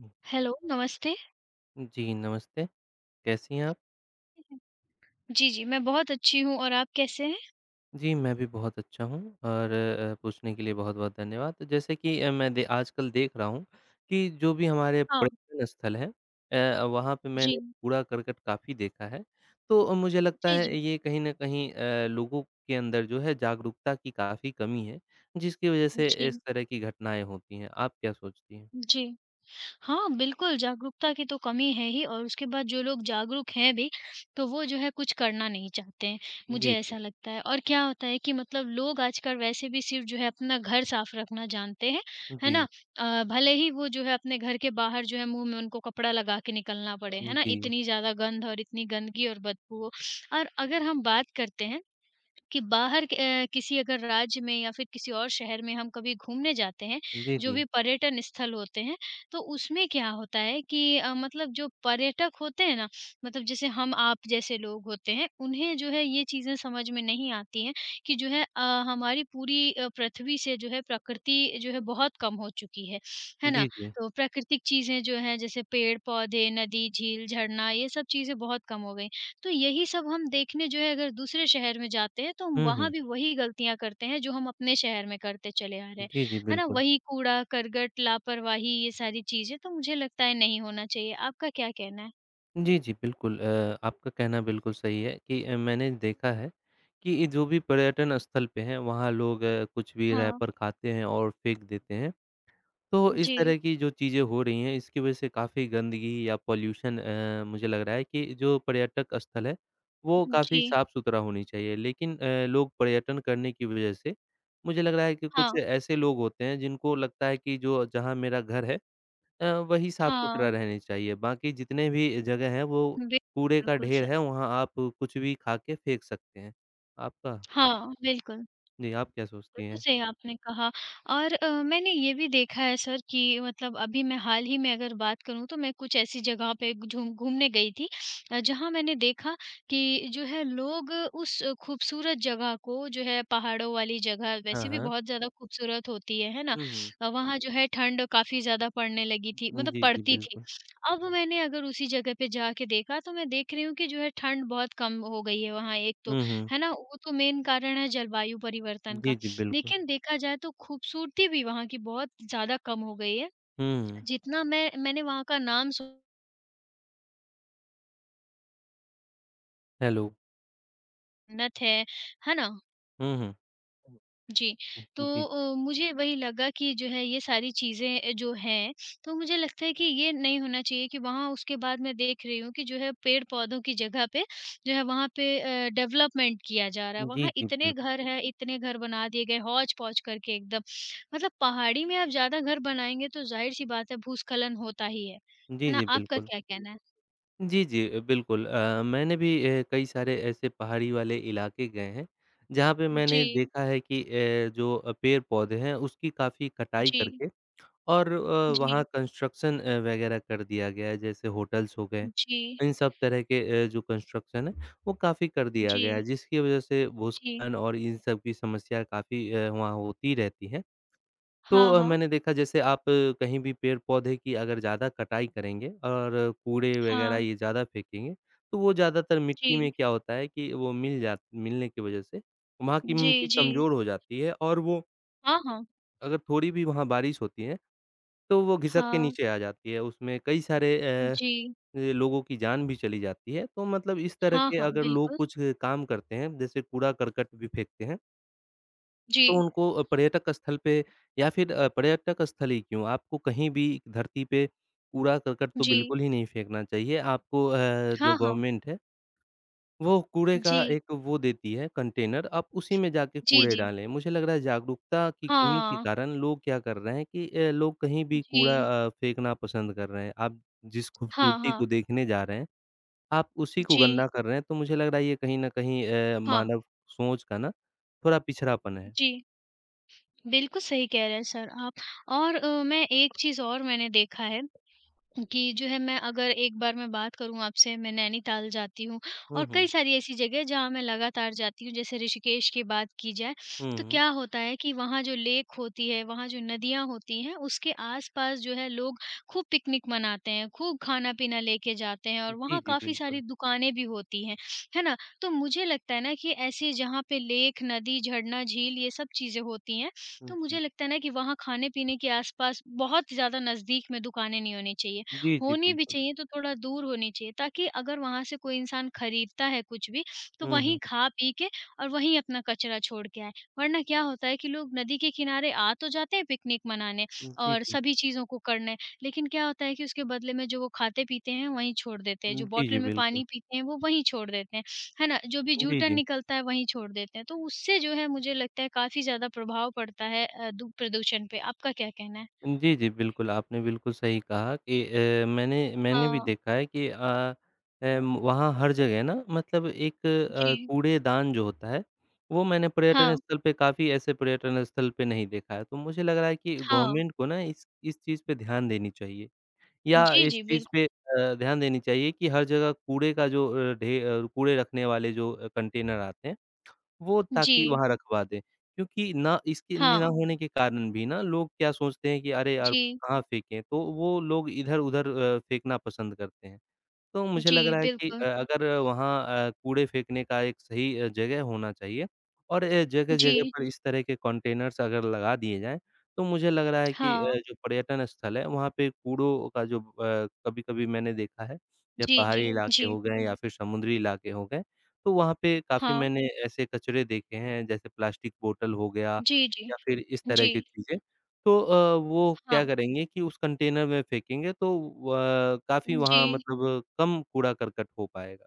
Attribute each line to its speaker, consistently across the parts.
Speaker 1: हुँ।
Speaker 2: Hello, नमस्ते।
Speaker 1: जी, नमस्ते, कैसी हैं आप?
Speaker 2: जी, जी, मैं बहुत अच्छी हूँ और आप कैसे हैं?
Speaker 1: जी, मैं भी बहुत अच्छा हूँ और पूछने के लिए बहुत-बहुत धन्यवाद। तो जैसे कि मैं दे आजकल देख रहा हूँ कि जो भी हमारे
Speaker 2: हाँ,
Speaker 1: पर्यटन स्थल हैं वहाँ पे
Speaker 2: जी।
Speaker 1: मैंने कूड़ा-करकट काफ़ी देखा है। तो मुझे लगता
Speaker 2: जी,
Speaker 1: है
Speaker 2: जी।
Speaker 1: ये कहीं न कहीं लोगों के अंदर जो है जागरूकता की काफ़ी कमी है, जिसकी वजह से इस
Speaker 2: जी,
Speaker 1: तरह की घटनाएँ होती हैं। आप क्या सोचती हैं?
Speaker 2: जी। हाँ, बिल्कुल जागरूकता की तो कमी है ही और उसके बाद जो लोग जागरूक हैं भी, तो वो जो है कुछ करना नहीं चाहते हैं, मुझे
Speaker 1: जी, जी।
Speaker 2: ऐसा लगता है। और क्या होता है कि मतलब लोग आजकल वैसे भी सिर्फ़ जो है अपना घर साफ़ रखना जानते हैं, है
Speaker 1: जी,
Speaker 2: ना? भले ही वो जो है अपने घर के बाहर जो है मुँह में उनको कपड़ा लगा के निकलना पड़े, है ना?
Speaker 1: जी।
Speaker 2: इतनी ज़्यादा गंध और इतनी गंदगी और बदबू हो। और अगर हम बात करते हैं कि किसी अगर राज्य में या फिर किसी और शहर में हम कभी घूमने जाते हैं,
Speaker 1: जी,
Speaker 2: जो
Speaker 1: जी।
Speaker 2: भी पर्यटन स्थल होते हैं, तो उसमें क्या होता है कि मतलब जो पर्यटक होते हैं ना, मतलब जैसे हम आप जैसे लोग होते हैं, उन्हें जो है ये चीज़ें समझ में नहीं आती हैं कि जो है हमारी पूरी पृथ्वी से जो है प्रकृति जो है बहुत कम हो चुकी है ना?
Speaker 1: जी, जी।
Speaker 2: तो प्राकृतिक चीज़ें जो हैं जैसे पेड़-पौधे, नदी, झील, झरना ये सब चीज़ें बहुत कम हो गई हैं। तो यही सब हम देखने जो है अगर दूसरे शहर में जाते हैं, तो हम
Speaker 1: हुँ,
Speaker 2: वहाँ
Speaker 1: हुँ।
Speaker 2: भी वही गलतियाँ करते हैं जो हम अपने शहर में करते चले आ रहे हैं।
Speaker 1: जी, जी,
Speaker 2: है ना?
Speaker 1: बिल्कुल।
Speaker 2: वही कूड़ा, करकट, लापरवाही ये सारी चीज़ें तो मुझे लगता है नहीं होना चाहिए। आपका क्या कहना है?
Speaker 1: जी, जी, बिल्कुल आपका कहना बिल्कुल सही है कि मैंने देखा है कि ये जो भी पर्यटन स्थल पे हैं, वहाँ लोग कुछ भी
Speaker 2: हाँ।
Speaker 1: रैपर खाते हैं और फेंक देते हैं। तो इस
Speaker 2: जी।
Speaker 1: तरह की जो चीज़ें हो रही हैं, इसकी वजह से काफ़ी गंदगी या पॉल्यूशन मुझे लग रहा है कि जो पर्यटक स्थल है, वो
Speaker 2: जी।
Speaker 1: काफ़ी साफ-सुथरा होनी चाहिए। लेकिन लोग पर्यटन करने की वजह से, मुझे लग रहा है कि कुछ
Speaker 2: हाँ।
Speaker 1: ऐसे लोग होते हैं, जिनको लगता है कि जो जहाँ मेरा घर है अ, वही साफ-सुथरा
Speaker 2: हाँ।
Speaker 1: रहनी चाहिए, बाकी जितने भी जगह हैं वो
Speaker 2: बिल
Speaker 1: कूड़े का
Speaker 2: बिल्कुल
Speaker 1: ढेर
Speaker 2: सर।
Speaker 1: है, वहाँ आप कुछ भी खा के फेंक सकते हैं। आपका
Speaker 2: हाँ, बिल्कुल।
Speaker 1: जी, आप क्या सोचती
Speaker 2: बिल्कुल
Speaker 1: हैं?
Speaker 2: सही आपने कहा और मैंने ये भी देखा है सर कि मतलब अभी मैं हाल ही में अगर बात करूँ तो मैं कुछ ऐसी जगह पे घूमने गई थी जहाँ मैंने देखा कि जो है लोग उस खूबसूरत जगह को जो है पहाड़ों वाली जगह
Speaker 1: हाँ,
Speaker 2: वैसे भी
Speaker 1: हाँ।
Speaker 2: बहुत ज़्यादा खूबसूरत होती है ना
Speaker 1: हुँ, हुँ।
Speaker 2: वहाँ जो है ठंड काफ़ी ज़्यादा पड़ने लगी थी मतलब
Speaker 1: जी, जी,
Speaker 2: पड़ती थी
Speaker 1: बिल्कुल।
Speaker 2: अब मैंने अगर उसी जगह पे जाके देखा तो मैं देख रही हूँ कि जो है ठंड बहुत कम हो गई है वहाँ एक तो
Speaker 1: हुँ, हुँ।
Speaker 2: है ना वो तो मेन कारण है जलवायु परिवर्तन
Speaker 1: जी,
Speaker 2: का
Speaker 1: जी, बिल्कुल।
Speaker 2: लेकिन देखा जाए तो खूबसूरती भी वहाँ की बहुत ज़्यादा कम हो गई है।
Speaker 1: हुँ,
Speaker 2: जितना मैंने वहाँ का नाम सु
Speaker 1: हेलो।
Speaker 2: न्नत है ना?
Speaker 1: हुँ, हुँ।
Speaker 2: जी, तो
Speaker 1: जी,
Speaker 2: मुझे वही लगा कि जो है ये सारी चीज़ें जो हैं, तो मुझे लगता है कि ये नहीं होना चाहिए कि वहाँ उसके बाद मैं देख रही हूँ कि जो है पेड़-पौधों की जगह पे जो है वहाँ पे डेवलपमेंट किया जा रहा है।
Speaker 1: जी,
Speaker 2: वहाँ
Speaker 1: जी,
Speaker 2: इतने
Speaker 1: बिल्कुल।
Speaker 2: घर हैं, इतने घर बना दिए गए हौच-पौच करके एकदम। मतलब पहाड़ी में आप ज़्यादा घर बनाएँगे तो ज़ाहिर-सी बात है भूस्खलन होता ही है।
Speaker 1: जी,
Speaker 2: है ना?
Speaker 1: जी,
Speaker 2: आपका
Speaker 1: बिल्कुल।
Speaker 2: क्या कहना है?
Speaker 1: जी, जी, बिल्कुल मैंने भी कई सारे ऐसे पहाड़ी वाले इलाके गए हैं, जहाँ पे मैंने
Speaker 2: जी,
Speaker 1: देखा है कि जो पेड़-पौधे हैं उसकी काफ़ी कटाई
Speaker 2: जी,
Speaker 1: करके और वहाँ
Speaker 2: जी,
Speaker 1: कंस्ट्रक्शन वगैरह कर दिया गया है, जैसे होटल्स हो गए,
Speaker 2: जी,
Speaker 1: इन सब तरह के जो कंस्ट्रक्शन है, वो काफ़ी कर दिया
Speaker 2: जी,
Speaker 1: गया है, जिसकी वजह से
Speaker 2: जी।
Speaker 1: भूस्खलन और इन सब की समस्या काफ़ी वहाँ होती रहती है। तो
Speaker 2: हाँ, हाँ।
Speaker 1: मैंने देखा जैसे आप कहीं भी पेड़-पौधे की अगर ज़्यादा कटाई करेंगे और कूड़े वगैरह
Speaker 2: हाँ।
Speaker 1: ये ज़्यादा फेंकेंगे, तो वो ज़्यादातर मिट्टी
Speaker 2: जी,
Speaker 1: में क्या होता है कि वो मिलने की वजह से वहाँ की
Speaker 2: जी,
Speaker 1: मिट्टी
Speaker 2: जी।
Speaker 1: कमज़ोर हो जाती है और वो
Speaker 2: हाँ, हाँ।
Speaker 1: अगर थोड़ी भी वहाँ बारिश होती है तो वो घिसक के
Speaker 2: हाँ,
Speaker 1: नीचे आ जाती है, उसमें कई सारे
Speaker 2: जी।
Speaker 1: लोगों की जान भी चली जाती है। तो मतलब इस तरह
Speaker 2: हाँ,
Speaker 1: के
Speaker 2: हाँ,
Speaker 1: अगर लोग
Speaker 2: बिल्कुल।
Speaker 1: कुछ काम करते हैं, जैसे कूड़ा-करकट भी फेंकते हैं,
Speaker 2: जी,
Speaker 1: तो उनको पर्यटक स्थल पे या फिर पर्यटक स्थल ही क्यों, आपको कहीं भी धरती पे कूड़ा-करकट तो
Speaker 2: जी।
Speaker 1: बिल्कुल ही नहीं फेंकना चाहिए। आपको
Speaker 2: हाँ,
Speaker 1: जो
Speaker 2: हाँ।
Speaker 1: गवर्नमेंट है वो कूड़े का
Speaker 2: जी,
Speaker 1: एक वो देती है कंटेनर, आप उसी में जाके
Speaker 2: जी,
Speaker 1: कूड़े
Speaker 2: जी।
Speaker 1: डालें। मुझे लग रहा है जागरूकता की कमी के
Speaker 2: हाँ,
Speaker 1: कारण लोग क्या कर रहे हैं कि लोग कहीं भी
Speaker 2: जी।
Speaker 1: कूड़ा फेंकना पसंद कर रहे हैं। आप जिस
Speaker 2: हाँ,
Speaker 1: खूबसूरती को
Speaker 2: हाँ।
Speaker 1: देखने जा रहे हैं, आप उसी को
Speaker 2: जी,
Speaker 1: गंदा कर रहे हैं, तो मुझे लग रहा है ये कहीं न कहीं
Speaker 2: हाँ,
Speaker 1: मानव सोच का ना थोड़ा पिछड़ापन है।
Speaker 2: जी। बिल्कुल सही कह रहे हैं सर आप और मैं एक चीज़ और मैंने देखा है कि जो है मैं अगर एक बार मैं बात करूँ आपसे मैं नैनीताल जाती हूँ
Speaker 1: हुँ,
Speaker 2: और कई
Speaker 1: हुँ।
Speaker 2: सारी ऐसी जगह है जहाँ मैं लगातार जाती हूँ। जैसे ऋषिकेश की बात की जाए,
Speaker 1: हुँ,
Speaker 2: तो
Speaker 1: हुँ।
Speaker 2: क्या होता है कि वहाँ जो लेक होती है, वहाँ जो नदियाँ होती हैं, उसके आस-पास जो है लोग खूब पिकनिक मनाते हैं, खूब खाना-पीना लेके जाते हैं और
Speaker 1: जी,
Speaker 2: वहाँ
Speaker 1: जी,
Speaker 2: काफ़ी सारी
Speaker 1: बिल्कुल।
Speaker 2: दुकानें भी होती हैं, है ना? तो मुझे लगता है ना कि ऐसे जहाँ पे लेक, नदी, झरना, झील ये सब चीज़ें होती हैं, तो
Speaker 1: जी।
Speaker 2: मुझे लगता है ना कि वहाँ खाने-पीने के आस-पास बहुत ज़्यादा नज़दीक में दुकानें नहीं होनी चाहिए।
Speaker 1: जी, जी,
Speaker 2: होनी भी
Speaker 1: बिल्कुल।
Speaker 2: चाहिए तो थोड़ा दूर होनी चाहिए ताकि अगर वहाँ से कोई इंसान खरीदता है कुछ भी, तो
Speaker 1: हुँ, हुँ।
Speaker 2: वहीं खा पी के और वहीं अपना कचरा छोड़ के आए। वरना क्या होता है कि लोग नदी के किनारे आ तो जाते हैं पिकनिक मनाने
Speaker 1: जी,
Speaker 2: और
Speaker 1: जी।
Speaker 2: सभी चीज़ों को करने, लेकिन क्या होता है कि उसके बदले में जो वो खाते-पीते हैं वहीं छोड़ देते हैं, जो
Speaker 1: जी,
Speaker 2: बॉटल
Speaker 1: जी,
Speaker 2: में
Speaker 1: बिल्कुल।
Speaker 2: पानी पीते हैं वो वहीं छोड़ देते हैं, है ना? जो भी
Speaker 1: जी,
Speaker 2: जूठन
Speaker 1: जी।
Speaker 2: निकलता है वहीं छोड़ देते हैं, तो उससे जो है मुझे लगता है काफ़ी ज़्यादा प्रभाव पड़ता है अ, दू प्रदूषण पे। आपका क्या कहना है?
Speaker 1: जी, जी, बिल्कुल, आपने बिल्कुल सही कहा कि मैंने मैंने भी
Speaker 2: हाँ,
Speaker 1: देखा है कि अ, एम वहाँ हर जगह ना मतलब एक
Speaker 2: जी।
Speaker 1: कूड़ेदान जो होता है, वो मैंने पर्यटन
Speaker 2: हाँ,
Speaker 1: स्थल पे काफ़ी ऐसे पर्यटन स्थल पे नहीं देखा है। तो मुझे लग रहा है कि
Speaker 2: हाँ।
Speaker 1: गवर्नमेंट को ना इस चीज़ पे ध्यान देनी चाहिए या
Speaker 2: जी,
Speaker 1: इस
Speaker 2: जी,
Speaker 1: चीज़
Speaker 2: बिल्कुल।
Speaker 1: पे ध्यान देनी चाहिए कि हर जगह कूड़े का जो कूड़े रखने वाले जो कंटेनर आते हैं वो ताकि
Speaker 2: जी,
Speaker 1: वहाँ रखवा दें। क्योंकि ना इसके ना
Speaker 2: हाँ,
Speaker 1: होने के कारण भी ना लोग क्या सोचते हैं कि अरे यार!
Speaker 2: जी,
Speaker 1: कहाँ फेंकें? तो वो लोग इधर-उधर फेंकना पसंद करते हैं। तो मुझे
Speaker 2: जी,
Speaker 1: लग रहा है हुँ। कि
Speaker 2: बिल्कुल।
Speaker 1: अगर वहाँ कूड़े फेंकने का एक सही जगह होना चाहिए और जगह-जगह
Speaker 2: जी,
Speaker 1: पर इस तरह के कंटेनर्स अगर लगा दिए जाएँ, तो मुझे लग रहा है कि
Speaker 2: हाँ,
Speaker 1: जो पर्यटन स्थल है, वहाँ पे कूड़ों का जो कभी-कभी मैंने देखा है, या
Speaker 2: जी, जी,
Speaker 1: पहाड़ी हुँ। इलाके
Speaker 2: जी,
Speaker 1: हो गए या फिर समुद्री इलाके हो गए, तो वहाँ पे काफ़ी
Speaker 2: हाँ,
Speaker 1: मैंने ऐसे कचरे देखे हैं, जैसे प्लास्टिक बोतल हो गया
Speaker 2: जी, जी,
Speaker 1: या फिर इस तरह
Speaker 2: जी,
Speaker 1: की चीज़ें। तो वो क्या
Speaker 2: हाँ,
Speaker 1: करेंगे कि उस कंटेनर में फेंकेंगे तो काफ़ी
Speaker 2: जी।
Speaker 1: वहाँ हुँ। मतलब कम कूड़ा-करकट हो पाएगा।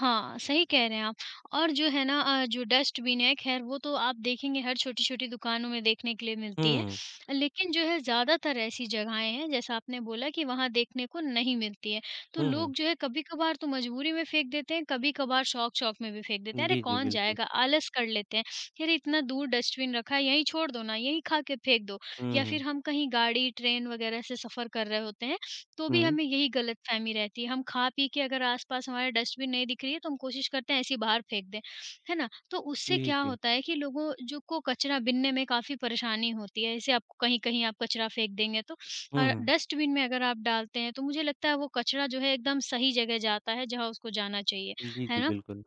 Speaker 2: हाँ, सही कह रहे हैं आप और जो है ना जो डस्टबिन है खैर वो तो आप देखेंगे हर छोटी-छोटी दुकानों में देखने के लिए मिलती है।
Speaker 1: हुँ,
Speaker 2: लेकिन जो है ज़्यादातर ऐसी जगहें हैं जैसा आपने बोला कि वहाँ देखने को नहीं मिलती है। तो
Speaker 1: हुँ, हुँ, हुँ।
Speaker 2: लोग जो है कभी-कभार तो मजबूरी में फेंक देते हैं, कभी-कभार शौक-शौक में भी फेंक देते हैं। अरे
Speaker 1: जी, जी,
Speaker 2: कौन
Speaker 1: बिल्कुल।
Speaker 2: जाएगा? आलस कर लेते हैं कि अरे इतना दूर डस्टबिन रखा है यहीं छोड़ दो ना, यहीं खा के फेंक दो।
Speaker 1: हुँ,
Speaker 2: या
Speaker 1: हुँ,
Speaker 2: फिर हम कहीं गाड़ी, ट्रेन वगैरह से सफ़र कर रहे होते हैं तो भी
Speaker 1: हुँ।
Speaker 2: हमें यही गलतफ़हमी रहती है। हम खा-पी के अगर आस-पास हमारे डस्टबिन नहीं दिख रही है तो हम कोशिश करते हैं ऐसे ही बाहर फेंक दें, है ना? तो उससे
Speaker 1: जी,
Speaker 2: क्या
Speaker 1: जी।
Speaker 2: होता है कि लोगों जो को कचरा बिनने में काफ़ी परेशानी होती है। ऐसे आप कहीं-कहीं आप कचरा फेंक देंगे तो
Speaker 1: हुँ, हुँ।
Speaker 2: डस्टबिन में अगर आप डालते हैं तो मुझे लगता है वो कचरा जो है एकदम सही जगह जाता है जहाँ उसको जाना चाहिए,
Speaker 1: जी, जी,
Speaker 2: है ना?
Speaker 1: बिल्कुल।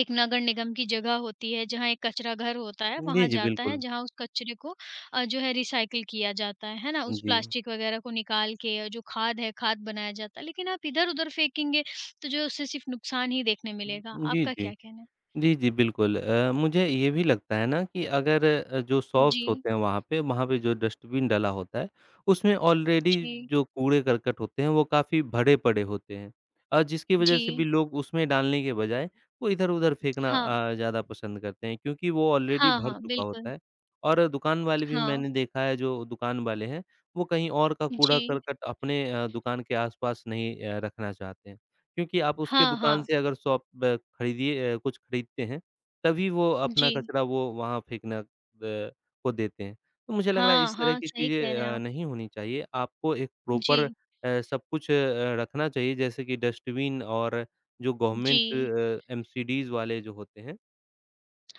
Speaker 2: एक नगर निगम की जगह होती है जहाँ एक कचरा घर होता है,
Speaker 1: जी,
Speaker 2: वहाँ
Speaker 1: जी,
Speaker 2: जाता है
Speaker 1: बिल्कुल।
Speaker 2: जहाँ उस कचरे को जो है रिसाइकिल किया जाता है ना? उस
Speaker 1: जी।
Speaker 2: प्लास्टिक वगैरह को निकाल के जो खाद है, खाद बनाया जाता है। लेकिन आप इधर-उधर फेंकेंगे तो जो है उससे सिर्फ़ नुकसान ही देखने मिलेगा।
Speaker 1: जी,
Speaker 2: आपका
Speaker 1: जी।
Speaker 2: क्या कहना है?
Speaker 1: जी, जी, बिल्कुल। मुझे ये भी लगता है ना कि अगर जो
Speaker 2: जी,
Speaker 1: शॉप्स होते हैं वहाँ पे जो डस्टबिन डला होता है, उसमें ऑलरेडी
Speaker 2: जी,
Speaker 1: जो कूड़े-करकट होते हैं, वो काफ़ी भरे पड़े होते हैं। जिसकी वजह से भी
Speaker 2: जी।
Speaker 1: लोग उसमें डालने के बजाय वो इधर-उधर फेंकना
Speaker 2: हाँ।
Speaker 1: ज़्यादा पसंद करते हैं क्योंकि वो ऑलरेडी
Speaker 2: हाँ,
Speaker 1: भर
Speaker 2: हाँ,
Speaker 1: चुका होता
Speaker 2: बिल्कुल।
Speaker 1: है। और दुकान वाले भी
Speaker 2: हाँ,
Speaker 1: मैंने देखा है, जो दुकान वाले हैं, वो कहीं और का
Speaker 2: जी।
Speaker 1: कूड़ा-करकट अपने दुकान के आस-पास नहीं रखना चाहते हैं। क्योंकि आप उसके
Speaker 2: हाँ,
Speaker 1: दुकान
Speaker 2: हाँ,
Speaker 1: से अगर शॉप ब खरीदिए कुछ खरीदते हैं, तभी वो अपना
Speaker 2: जी।
Speaker 1: कचरा वो वहाँ फेंकना ब को देते हैं। तो मुझे लग रहा है
Speaker 2: हाँ,
Speaker 1: इस तरह
Speaker 2: हाँ,
Speaker 1: की
Speaker 2: सही कह
Speaker 1: चीज़ें
Speaker 2: रहे हैं आप।
Speaker 1: नहीं होनी चाहिए। आपको एक प्रॉपर
Speaker 2: जी,
Speaker 1: सब कुछ रखना चाहिए जैसे कि डस्टबिन और जो
Speaker 2: जी।
Speaker 1: गवर्नमेंट एमसीडीज़ वाले जो होते हैं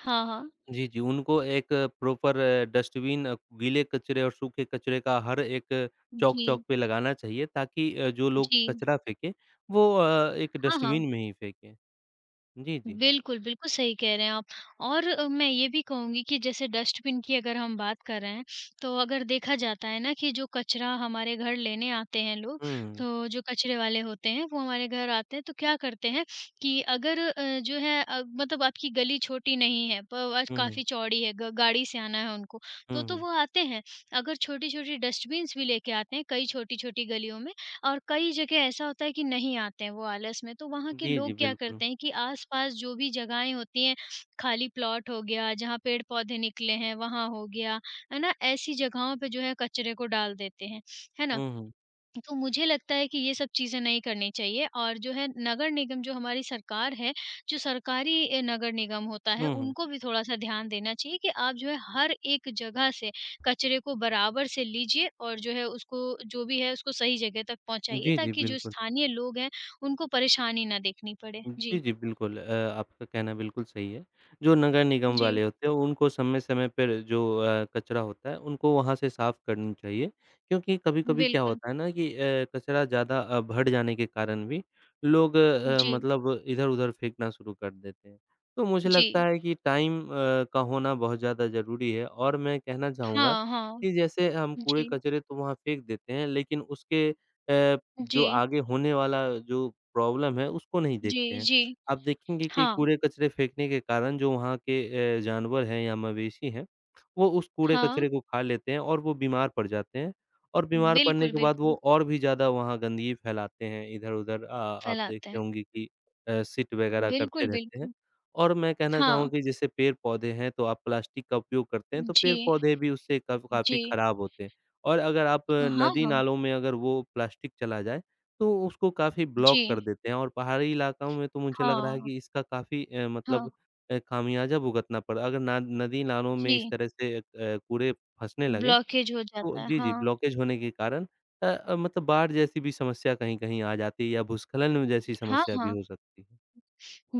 Speaker 2: हाँ, हाँ।
Speaker 1: जी, जी, उनको एक प्रॉपर डस्टबिन गीले कचरे और सूखे कचरे का हर एक चौक-चौक
Speaker 2: जी,
Speaker 1: पे लगाना चाहिए ताकि जो लोग
Speaker 2: जी।
Speaker 1: कचरा फेंके वो एक
Speaker 2: हाँ, हाँ।
Speaker 1: डस्टबिन में ही फेंके। जी, जी।
Speaker 2: बिल्कुल, बिल्कुल सही कह रहे हैं आप और मैं ये भी कहूँगी कि जैसे डस्टबिन की अगर हम बात कर रहे हैं, तो अगर देखा जाता है ना कि जो कचरा हमारे घर लेने आते हैं लोग,
Speaker 1: हुँ, हुँ।
Speaker 2: तो जो कचरे वाले होते हैं वो हमारे घर आते हैं तो क्या करते हैं कि अगर अ, जो है अ, मतलब आपकी गली छोटी नहीं है प आज
Speaker 1: हुँ, हुँ।
Speaker 2: काफ़ी चौड़ी है ग गाड़ी से आना है उनको, तो
Speaker 1: हुँ,
Speaker 2: तो
Speaker 1: हुँ।
Speaker 2: वो आते हैं। अगर छोटी-छोटी डस्टबिन्स भी लेके आते हैं कई छोटी-छोटी गलियों में, और कई जगह ऐसा होता है कि नहीं आते हैं वो आलस में, तो वहाँ के
Speaker 1: जी, जी,
Speaker 2: लोग क्या
Speaker 1: बिल्कुल।
Speaker 2: करते हैं कि आस-पास जो भी जगहें होती हैं, खाली प्लॉट हो गया, जहाँ पेड़-पौधे निकले हैं, वहाँ हो गया, है ना? ऐसी जगहों पे जो है कचरे को डाल देते हैं, है ना?
Speaker 1: हुँ, हुँ।
Speaker 2: तो मुझे लगता है कि ये सब चीज़ें नहीं करनी चाहिए और जो है नगर निगम जो हमारी सरकार है, जो सरकारी नगर निगम होता है
Speaker 1: हुँ, हुँ।
Speaker 2: उनको भी थोड़ा-सा ध्यान देना चाहिए कि आप जो है हर एक जगह से कचरे को बराबर से लीजिए और जो है उसको जो भी है उसको सही जगह तक पहुँचाइए
Speaker 1: जी, जी,
Speaker 2: ताकि जो
Speaker 1: बिल्कुल।
Speaker 2: स्थानीय लोग हैं उनको परेशानी ना देखनी पड़े।
Speaker 1: जी,
Speaker 2: जी,
Speaker 1: जी, बिल्कुल। आपका कहना बिल्कुल सही है। जो नगर निगम
Speaker 2: जी,
Speaker 1: वाले होते हैं, उनको समय-समय पर जो कचरा होता है, उनको वहाँ से साफ़ करनी चाहिए। क्योंकि कभी-कभी क्या
Speaker 2: बिल्कुल।
Speaker 1: होता है ना कि कचरा ज़्यादा भर जाने के कारण भी लोग
Speaker 2: जी,
Speaker 1: मतलब इधर-उधर फेंकना शुरू कर देते हैं। तो मुझे
Speaker 2: जी।
Speaker 1: लगता है कि टाइम का होना बहुत ज़्यादा ज़रूरी है और मैं कहना चाहूँगा
Speaker 2: हाँ, हाँ।
Speaker 1: कि जैसे हम
Speaker 2: जी,
Speaker 1: कूड़े-कचरे तो वहाँ फेंक देते हैं, लेकिन उसके जो
Speaker 2: जी,
Speaker 1: आगे होने वाला जो प्रॉब्लम है, उसको नहीं देखते
Speaker 2: जी,
Speaker 1: हैं।
Speaker 2: जी।
Speaker 1: आप देखेंगे कि
Speaker 2: हाँ,
Speaker 1: कूड़े-कचरे फेंकने के कारण जो वहाँ के जानवर हैं या मवेशी हैं, वो उस
Speaker 2: हाँ।
Speaker 1: कूड़े-कचरे को खा लेते हैं और वो बीमार पड़ जाते हैं और बीमार पड़ने
Speaker 2: बिल्कुल,
Speaker 1: के बाद वो
Speaker 2: बिल्कुल।
Speaker 1: और भी ज़्यादा वहाँ गंदगी फैलाते हैं। इधर-उधर आप
Speaker 2: फैलाते
Speaker 1: देखते
Speaker 2: हैं।
Speaker 1: होंगे कि सिट वगैरह करते
Speaker 2: बिल्कुल,
Speaker 1: रहते हैं
Speaker 2: बिल्कुल।
Speaker 1: और मैं कहना चाहूँ
Speaker 2: हाँ,
Speaker 1: कि जैसे पेड़-पौधे हैं, तो आप प्लास्टिक का उपयोग करते हैं, तो
Speaker 2: जी,
Speaker 1: पेड़-पौधे भी उससे कब काफ़ी
Speaker 2: जी।
Speaker 1: खराब होते हैं। और अगर आप
Speaker 2: हाँ, हाँ। हाँ,
Speaker 1: नदी-नालों में अगर वो प्लास्टिक चला जाए, तो उसको काफ़ी
Speaker 2: जी,
Speaker 1: ब्लॉक कर देते हैं और पहाड़ी इलाकाओं में तो मुझे लग रहा है
Speaker 2: हाँ,
Speaker 1: कि इसका काफ़ी मतलब
Speaker 2: हाँ।
Speaker 1: खामियाजा भुगतना पड़ा। अगर ना नदी-नालों में इस
Speaker 2: जी,
Speaker 1: तरह से कूड़े फँसने लगे,
Speaker 2: ब्लॉकेज हो
Speaker 1: तो
Speaker 2: जाता है।
Speaker 1: जी, जी,
Speaker 2: हाँ,
Speaker 1: ब्लॉकेज होने के कारण मतलब बाढ़ जैसी भी समस्या कहीं-कहीं आ जाती है या भूस्खलन जैसी
Speaker 2: हाँ,
Speaker 1: समस्या भी
Speaker 2: हाँ।
Speaker 1: हो सकती है।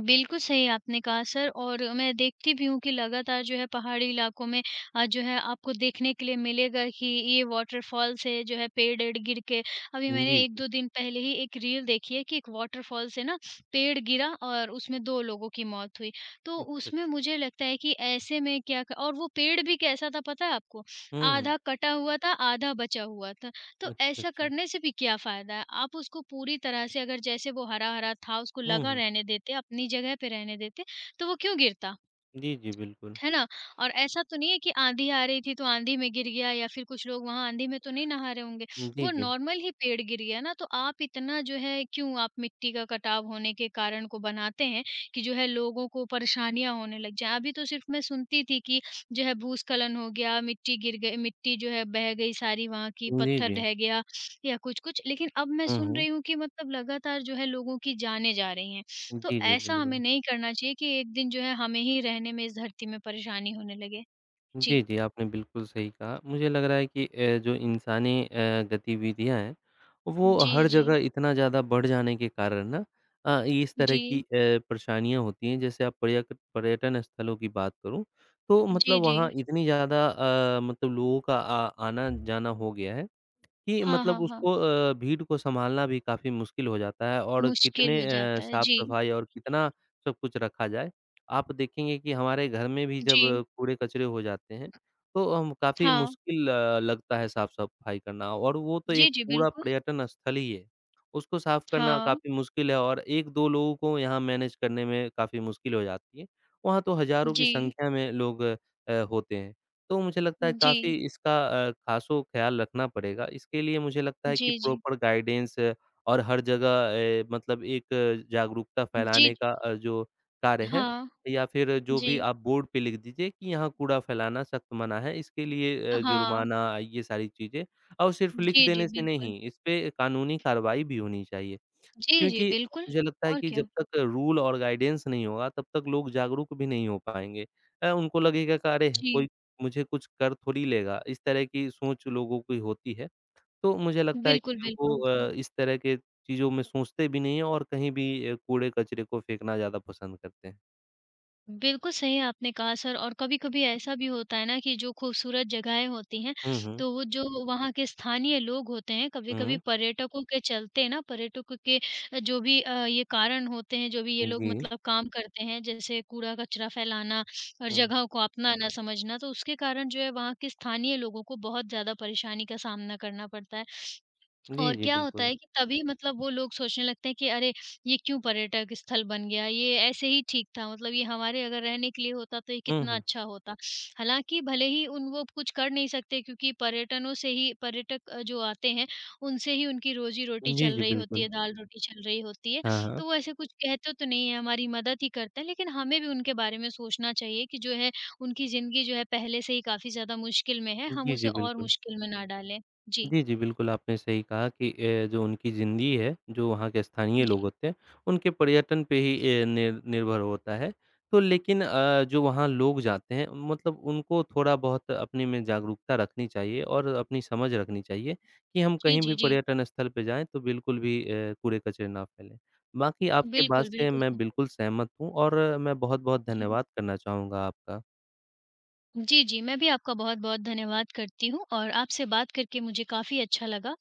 Speaker 2: बिल्कुल सही आपने कहा सर और मैं देखती भी हूँ कि लगातार जो है पहाड़ी इलाकों में जो है आपको देखने के लिए मिलेगा कि ये वाटरफॉल से जो है पेड़ एड़ गिर के अभी
Speaker 1: जी,
Speaker 2: मैंने
Speaker 1: जी।
Speaker 2: 1-2 दिन पहले ही एक रील देखी है कि एक वाटरफॉल से ना पेड़ गिरा और उसमें 2 लोगों की मौत हुई। तो
Speaker 1: अच्छा,
Speaker 2: उसमें
Speaker 1: अच्छा।
Speaker 2: मुझे लगता है कि ऐसे में क्या क और वो पेड़ भी कैसा था पता है आपको?
Speaker 1: हुँ, हुँ।
Speaker 2: आधा कटा हुआ था, आधा बचा हुआ था। तो
Speaker 1: अच्छा,
Speaker 2: ऐसा
Speaker 1: अच्छा।
Speaker 2: करने से भी क्या फ़ायदा है? आप उसको पूरी तरह से अगर जैसे वो हरा-हरा था उसको
Speaker 1: हुँ,
Speaker 2: लगा
Speaker 1: हुँ।
Speaker 2: रहने देते, अपनी जगह पे रहने देते, तो वो क्यों गिरता?
Speaker 1: जी, जी, बिल्कुल।
Speaker 2: है ना? और ऐसा तो नहीं है कि आँधी आ रही थी तो आँधी में गिर गया या फिर कुछ लोग वहाँ आँधी में तो नहीं नहा रहे होंगे।
Speaker 1: जी,
Speaker 2: वो
Speaker 1: जी।
Speaker 2: नॉर्मल ही पेड़ गिर गया ना तो आप इतना जो है क्यों आप मिट्टी का कटाव होने के कारण को बनाते हैं कि जो है लोगों को परेशानियाँ होने लग जाएँ। अभी तो सिर्फ़ मैं सुनती थी कि जो है भूस्खलन हो गया, मिट्टी गिर गई मिट्टी जो है बह गई सारी वहाँ की,
Speaker 1: जी,
Speaker 2: पत्थर
Speaker 1: जी।
Speaker 2: ढह गया या कुछ-कुछ। लेकिन अब मैं
Speaker 1: हुँ,
Speaker 2: सुन
Speaker 1: हुँ।
Speaker 2: रही हूँ कि मतलब लगातार जो है लोगों की जानें जा रही हैं। तो
Speaker 1: जी, जी,
Speaker 2: ऐसा हमें
Speaker 1: बिल्कुल।
Speaker 2: नहीं करना चाहिए कि एक दिन जो है हमें ही रहने में इस धरती में परेशानी होने लगे।
Speaker 1: जी,
Speaker 2: जी।
Speaker 1: जी, आपने बिल्कुल सही कहा। मुझे लग रहा है कि जो इंसानी गतिविधियाँ हैं, वो
Speaker 2: जी,
Speaker 1: हर
Speaker 2: जी।
Speaker 1: जगह इतना ज़्यादा बढ़ जाने के कारण ना इस तरह
Speaker 2: जी।
Speaker 1: की परेशानियाँ होती हैं। जैसे आप पर्यक पर्यटन स्थलों की बात करूँ, तो मतलब
Speaker 2: जी, जी।
Speaker 1: वहाँ इतनी ज़्यादा मतलब लोगों का आ आना-जाना हो गया है कि
Speaker 2: हाँ,
Speaker 1: मतलब
Speaker 2: हाँ, हाँ।
Speaker 1: उसको भीड़ को सँभालना भी काफ़ी मुश्किल हो जाता है और
Speaker 2: मुश्किल
Speaker 1: कितने
Speaker 2: हो जाता है। जी।
Speaker 1: साफ-सफाई और कितना सब कुछ रखा जाए। आप देखेंगे कि हमारे घर में भी जब
Speaker 2: जी।
Speaker 1: कूड़े-कचरे हो जाते हैं, तो हम काफ़ी
Speaker 2: हाँ।
Speaker 1: मुश्किल लगता है साफ-सफाई करना और वो तो
Speaker 2: जी,
Speaker 1: एक
Speaker 2: जी,
Speaker 1: पूरा
Speaker 2: बिल्कुल।
Speaker 1: पर्यटन स्थल ही है। उसको साफ करना
Speaker 2: हाँ।
Speaker 1: काफ़ी मुश्किल है और 1-2 लोगों को यहाँ मैनेज करने में काफ़ी मुश्किल हो जाती है। वहाँ तो हज़ारों की
Speaker 2: जी।
Speaker 1: संख्या में लोग होते हैं। तो मुझे लगता है
Speaker 2: जी।
Speaker 1: काफ़ी इसका ख़ासो ख़्याल रखना पड़ेगा। इसके लिए मुझे लगता है कि
Speaker 2: जी, जी।
Speaker 1: प्रॉपर गाइडेंस और हर जगह मतलब एक जागरूकता
Speaker 2: जी,
Speaker 1: फैलाने
Speaker 2: जी।
Speaker 1: का जो कार्य है
Speaker 2: हाँ।
Speaker 1: या फिर जो भी
Speaker 2: जी।
Speaker 1: आप बोर्ड पे लिख दीजिए कि यहाँ कूड़ा फैलाना सख्त मना है, इसके लिए
Speaker 2: हाँ।
Speaker 1: जुर्माना ये सारी चीज़ें और सिर्फ़ लिख
Speaker 2: जी, जी,
Speaker 1: देने से
Speaker 2: बिल्कुल।
Speaker 1: नहीं, इस पे कानूनी कार्रवाई भी होनी चाहिए।
Speaker 2: जी, जी,
Speaker 1: क्योंकि
Speaker 2: बिल्कुल।
Speaker 1: मुझे लगता है
Speaker 2: और
Speaker 1: कि जब
Speaker 2: क्या?
Speaker 1: तक रूल और गाइडेंस नहीं होगा, तब तक लोग जागरूक भी नहीं हो पाएँगे। उनको लगेगा कि अरे!
Speaker 2: जी।
Speaker 1: कोई मुझे कुछ कर थोड़ी लेगा, इस तरह की सोच लोगों की होती है। तो मुझे लगता है
Speaker 2: बिल्कुल,
Speaker 1: कि वो
Speaker 2: बिल्कुल।
Speaker 1: इस तरह के चीज़ों में सोचते भी नहीं हैं और कहीं भी कूड़े-कचरे को फेंकना ज़्यादा पसंद करते हैं।
Speaker 2: बिल्कुल सही आपने कहा सर और कभी-कभी ऐसा भी होता है ना कि जो खूबसूरत जगहें होती हैं,
Speaker 1: हुँ, हुँ।
Speaker 2: तो वो जो वहाँ के स्थानीय लोग होते हैं, कभी-कभी
Speaker 1: हुँ,
Speaker 2: पर्यटकों के चलते ना पर्यटकों के अ, जो भी अ, ये कारण होते हैं, जो भी ये लोग
Speaker 1: जी।
Speaker 2: मतलब काम करते हैं, जैसे कूड़ा-कचरा फैलाना और
Speaker 1: हुँ।
Speaker 2: जगह को अपना ना समझना, तो उसके कारण जो है वहाँ के स्थानीय लोगों को बहुत ज़्यादा परेशानी का सामना करना पड़ता है।
Speaker 1: जी,
Speaker 2: और
Speaker 1: जी,
Speaker 2: क्या होता
Speaker 1: बिल्कुल।
Speaker 2: है कि तभी मतलब वो लोग सोचने लगते हैं कि अरे! ये क्यों पर्यटक स्थल बन गया? ये ऐसे ही ठीक था मतलब ये हमारे अगर रहने के लिए होता तो ये
Speaker 1: हुँ,
Speaker 2: कितना
Speaker 1: हुँ।
Speaker 2: अच्छा होता। हालाँकि भले ही उन वो कुछ कर नहीं सकते क्योंकि पर्यटनों से ही पर्यटक जो आते हैं उनसे ही उनकी रोज़ी-रोटी
Speaker 1: जी,
Speaker 2: चल
Speaker 1: जी,
Speaker 2: रही होती
Speaker 1: बिल्कुल।
Speaker 2: है, दाल-रोटी चल रही होती है।
Speaker 1: हाँ, हाँ।
Speaker 2: तो वो ऐसे कुछ कहते तो नहीं है, हमारी मदद ही करते हैं लेकिन हमें भी उनके बारे में सोचना चाहिए कि जो है उनकी ज़िंदगी जो है पहले से ही काफ़ी ज़्यादा मुश्किल में है, हम
Speaker 1: जी, जी,
Speaker 2: उसे और
Speaker 1: बिल्कुल।
Speaker 2: मुश्किल में ना डालें। जी।
Speaker 1: जी, जी, बिल्कुल आपने सही कहा कि जो उनकी ज़िंदगी है, जो वहाँ के स्थानीय लोग
Speaker 2: जी।
Speaker 1: होते हैं, उनके पर्यटन पे ही निर्भर होता है। तो लेकिन जो वहाँ लोग जाते हैं मतलब उनको थोड़ा-बहुत अपने में जागरूकता रखनी चाहिए और अपनी समझ रखनी चाहिए कि हम
Speaker 2: जी,
Speaker 1: कहीं भी
Speaker 2: जी, जी।
Speaker 1: पर्यटन स्थल पे जाएँ तो बिल्कुल भी कूड़े-कचरे ना फैलें। बाकी आपके बात
Speaker 2: बिल्कुल,
Speaker 1: से
Speaker 2: बिल्कुल
Speaker 1: मैं
Speaker 2: सही।
Speaker 1: बिल्कुल सहमत हूँ और मैं बहुत-बहुत
Speaker 2: जी।
Speaker 1: धन्यवाद करना चाहूँगा आपका।
Speaker 2: जी, जी, मैं भी आपका बहुत-बहुत धन्यवाद करती हूँ और आपसे बात करके मुझे काफ़ी अच्छा लगा।